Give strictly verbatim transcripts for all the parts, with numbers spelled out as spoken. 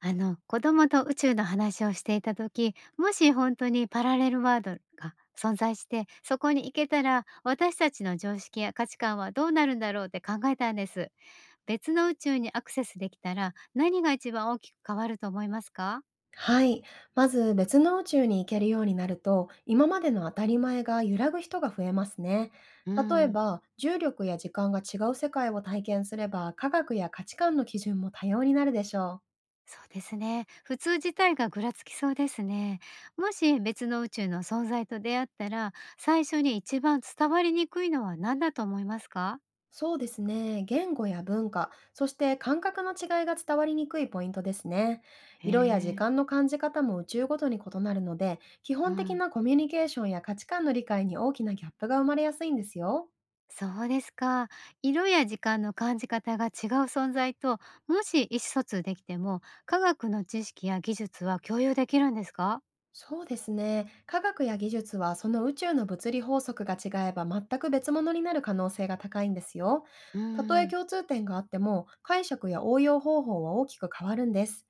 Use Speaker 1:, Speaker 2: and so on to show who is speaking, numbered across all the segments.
Speaker 1: あの、子供と宇宙の話をしていた時、もし本当にパラレルワールドが存在して、そこに行けたら、私たちの常識や価値観はどうなるんだろうって考えたんです。別の宇宙にアクセスできたら、何が一番大きく変わると思いますか？
Speaker 2: はい。まず別の宇宙に行けるようになると、今までの当たり前が揺らぐ人が増えますね。
Speaker 1: う
Speaker 2: 例え
Speaker 1: ん、
Speaker 2: ば、重力や時間が違う世界を体験すれば、科学や価値観の基準も多様になるでしょう。
Speaker 1: そうですね。普通自体がぐらつきそうですね。もし別の宇宙の存在と出会ったら、最初に一番伝わりにくいのは何だと思いますか？
Speaker 2: そうですね。言語や文化、そして感覚の違いが伝わりにくいポイントですね。
Speaker 1: へ
Speaker 2: 色や時
Speaker 1: え。
Speaker 2: 間の感じ方も宇宙ごとに異なるので、基
Speaker 1: う
Speaker 2: 本的
Speaker 1: ん。
Speaker 2: なコミュニケーションや価値観の理解に大きなギャップが生まれやすいんですよ。
Speaker 1: そうですか。色や時間の感じ方が違う存在と、もし意思疎通できても、科学の知識や技術は共有できるんですか？
Speaker 2: そうですね。科学や技術はその宇宙の物理法則が違えば全く別物になる可能性が高いんですよ。
Speaker 1: うー
Speaker 2: たとえ
Speaker 1: ん、
Speaker 2: 共通点があっても解釈や応用方法は大きく変わるんです。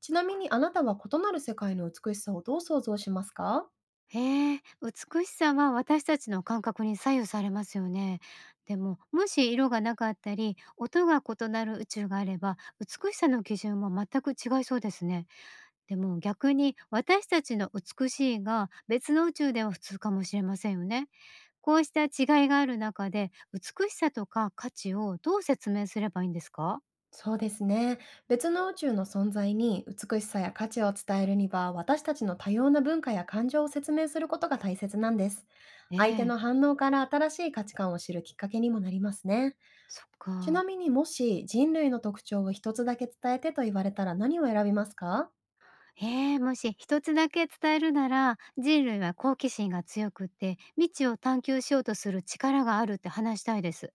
Speaker 2: ち
Speaker 1: そっ
Speaker 2: なみ
Speaker 1: か。
Speaker 2: に、あなたは異なる世界の美しさをどう想像しますか？
Speaker 1: へえ、美しさは私たちの感覚に左右されますよね。でも、もし色がなかったり、音が異なる宇宙があれば、美しさの基準も全く違いそうですね。でも逆に、私たちの美しいが別の宇宙では普通かもしれませんよね。こうした違いがある中で、美しさとか価値をどう説明すればいいんですか？
Speaker 2: そうですね。別の宇宙の存在に美しさや価値を伝えるには、私たちの多様な文化や感情を説明することが大切なんです。
Speaker 1: え
Speaker 2: 相手
Speaker 1: え、
Speaker 2: の反応から新しい価値観を知るきっかけにもなりますね。
Speaker 1: そっ
Speaker 2: ちな
Speaker 1: か。
Speaker 2: みに、もし人類の特徴を一つだけ伝えてと言われたら、何を選びますか？
Speaker 1: ええ、もし一つだけ伝えるなら、人類は好奇心が強くって、未知を探求しようとする力があるって話したいです。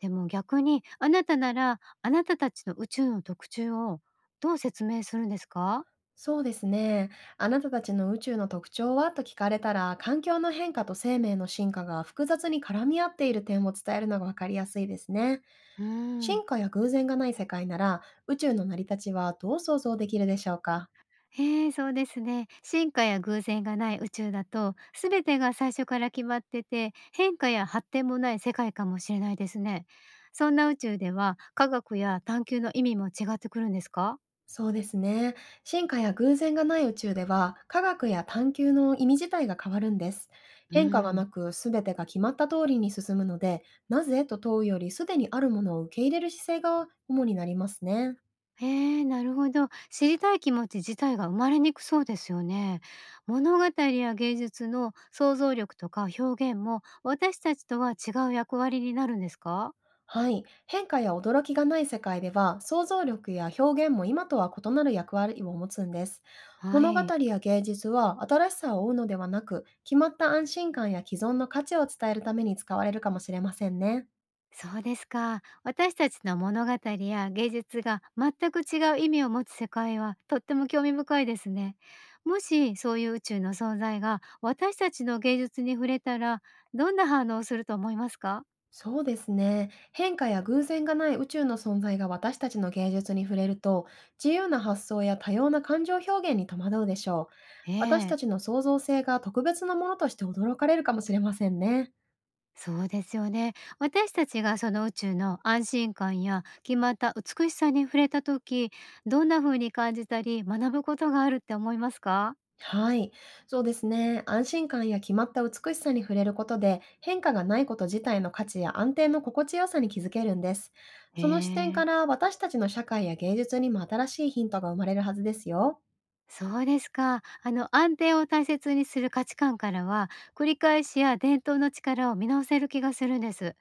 Speaker 1: でも逆に、あなたなら、あなたたちの宇宙の特徴をどう説明するんですか？
Speaker 2: そうですね。あなたたちの宇宙の特徴はと聞かれたら、環境の変化と生命の進化が複雑に絡み合っている点を伝えるのが分かりやすいですね。
Speaker 1: うーん。
Speaker 2: 進化や偶然がない世界なら、宇宙の成り立ちはどう想像できるでしょうか？
Speaker 1: ええ、そうですね。進化や偶然がない宇宙だと、全てが最初から決まってて、変化や発展もない世界かもしれないですね。そんな宇宙では、科学や探求の意味も違ってくるんですか？
Speaker 2: そうですね。進化や偶然がない宇宙では、科学や探求の意味自体が変わるんです。
Speaker 1: う
Speaker 2: 変化が
Speaker 1: ん、
Speaker 2: なく、すべてが決まった通りに進むので、なぜと問うより、すでにあるものを受け入れる姿勢が主になりますね。
Speaker 1: ええ、なるほど。知りたい気持ち自体が生まれにくそうですよね。物語や芸術の想像力とか表現も、私たちとは違う役割になるんですか？
Speaker 2: はい。変化や驚きがない世界では、想像力や表現も今とは異なる役割を持つんです。
Speaker 1: は
Speaker 2: 物語
Speaker 1: い。
Speaker 2: や芸術は新しさを追うのではなく、決まった安心感や既存の価値を伝えるために使われるかもしれませんね。
Speaker 1: そうですか。私たちの物語や芸術が全く違う意味を持つ世界はとっても興味深いですね。もしそういう宇宙の存在が私たちの芸術に触れたら、どんな反応をすると思いますか？
Speaker 2: そうですね。変化や偶然がない宇宙の存在が私たちの芸術に触れると、自由な発想や多様な感情表現に戸惑うでしょう。
Speaker 1: え
Speaker 2: 私た
Speaker 1: え、
Speaker 2: ちの創造性が特別なものとして驚かれるかもしれませんね。
Speaker 1: そうですよね。私たちがその宇宙の安心感や決まった美しさに触れた時、どんな風に感じたり学ぶことがあるって思いますか？
Speaker 2: はい。そうですね。安心感や決まった美しさに触れることで、変化がないこと自体の価値や安定の心地よさに気づけるんです。
Speaker 1: え
Speaker 2: その視点か
Speaker 1: え。
Speaker 2: ら、私たちの社会や芸術にも新しいヒントが生まれるはずですよ。
Speaker 1: そうですか。あの、安定を大切にする価値観からは、繰り返しや伝統の力を見直せる気がするんです。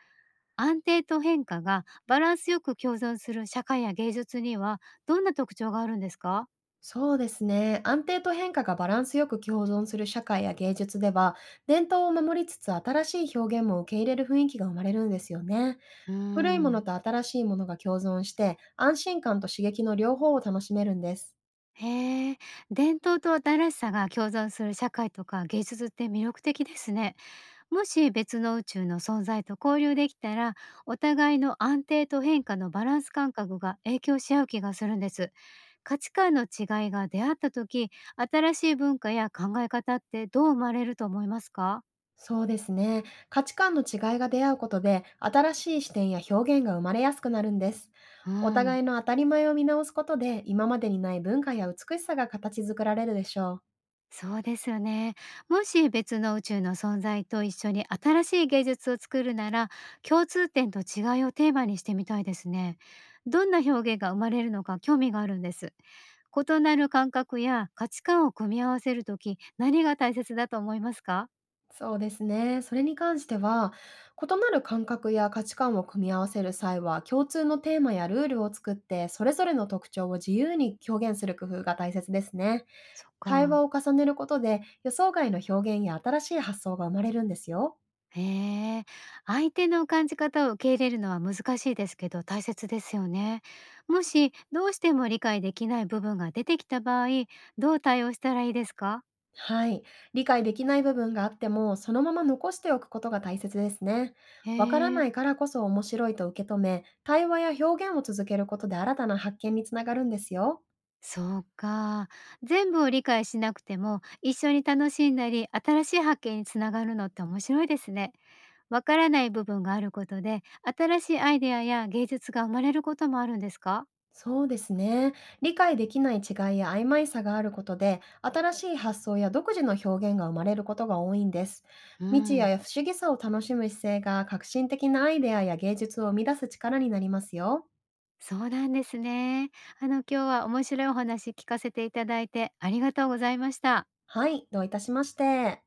Speaker 1: 安定と変化がバランスよく共存する社会や芸術には、どんな特徴があるんですか？
Speaker 2: そうですね。安定と変化がバランスよく共存する社会や芸術では、伝統を守りつつ新しい表現も受け入れる雰囲気が生まれるんですよね。
Speaker 1: うー
Speaker 2: 古いもの
Speaker 1: ん。
Speaker 2: と新しいものが共存して、安心感と刺激の両方を楽しめるんです。
Speaker 1: へえ、伝統と新しさが共存する社会とか芸術って魅力的ですね。もし別の宇宙の存在と交流できたら、お互いの安定と変化のバランス感覚が影響し合う気がするんです。価値観の違いが出会った時、新しい文化や考え方ってどう生まれると思いますか？
Speaker 2: そうですね。価値観の違いが出会うことで、新しい視点や表現が生まれやすくなるんです。
Speaker 1: う
Speaker 2: お
Speaker 1: ん、
Speaker 2: 互いの当たり前を見直すことで、今までにない文化や美しさが形作られるでしょう。
Speaker 1: そうですよね。もし別の宇宙の存在と一緒に新しい芸術を作るなら、共通点と違いをテーマにしてみたいですね。どんな表現が生まれるのか興味があるんです。異なる感覚や価値観を組み合わせるとき、何が大切だと思いますか？
Speaker 2: そうですね。それに関しては、異なる感覚や価値観を組み合わせる際は、共通のテーマやルールを作って、それぞれの特徴を自由に表現する工夫が大切ですね。
Speaker 1: そっ
Speaker 2: 対
Speaker 1: か。
Speaker 2: 話を重ねることで、予想外の表現や新しい発想が生まれるんですよ。
Speaker 1: へえ。相手の感じ方を受け入れるのは難しいですけど、大切ですよね。もし、どうしても理解できない部分が出てきた場合、どう対応したらいいですか？
Speaker 2: はい。理解できない部分があっても、そのまま残しておくことが大切ですね。
Speaker 1: へ
Speaker 2: わからな
Speaker 1: え、
Speaker 2: いからこそ面白いと受け止め、対話や表現を続けることで新たな発見につながるんですよ。
Speaker 1: そうか。全部を理解しなくても、一緒に楽しんだり、新しい発見につながるのって面白いですね。わからない部分があることで、新しいアイデアや芸術が生まれることもあるんですか？
Speaker 2: そうですね。理解できない違いや曖昧さがあることで、新しい発想や独自の表現が生まれることが多いんです。
Speaker 1: う
Speaker 2: 未知
Speaker 1: ん、
Speaker 2: や不思議さを楽しむ姿勢が革新的なアイデアや芸術を生み出す力になりますよ。
Speaker 1: そうなんですね。あの、今日は面白いお話聞かせていただいてありがとうございました。
Speaker 2: はい、どういたしまして。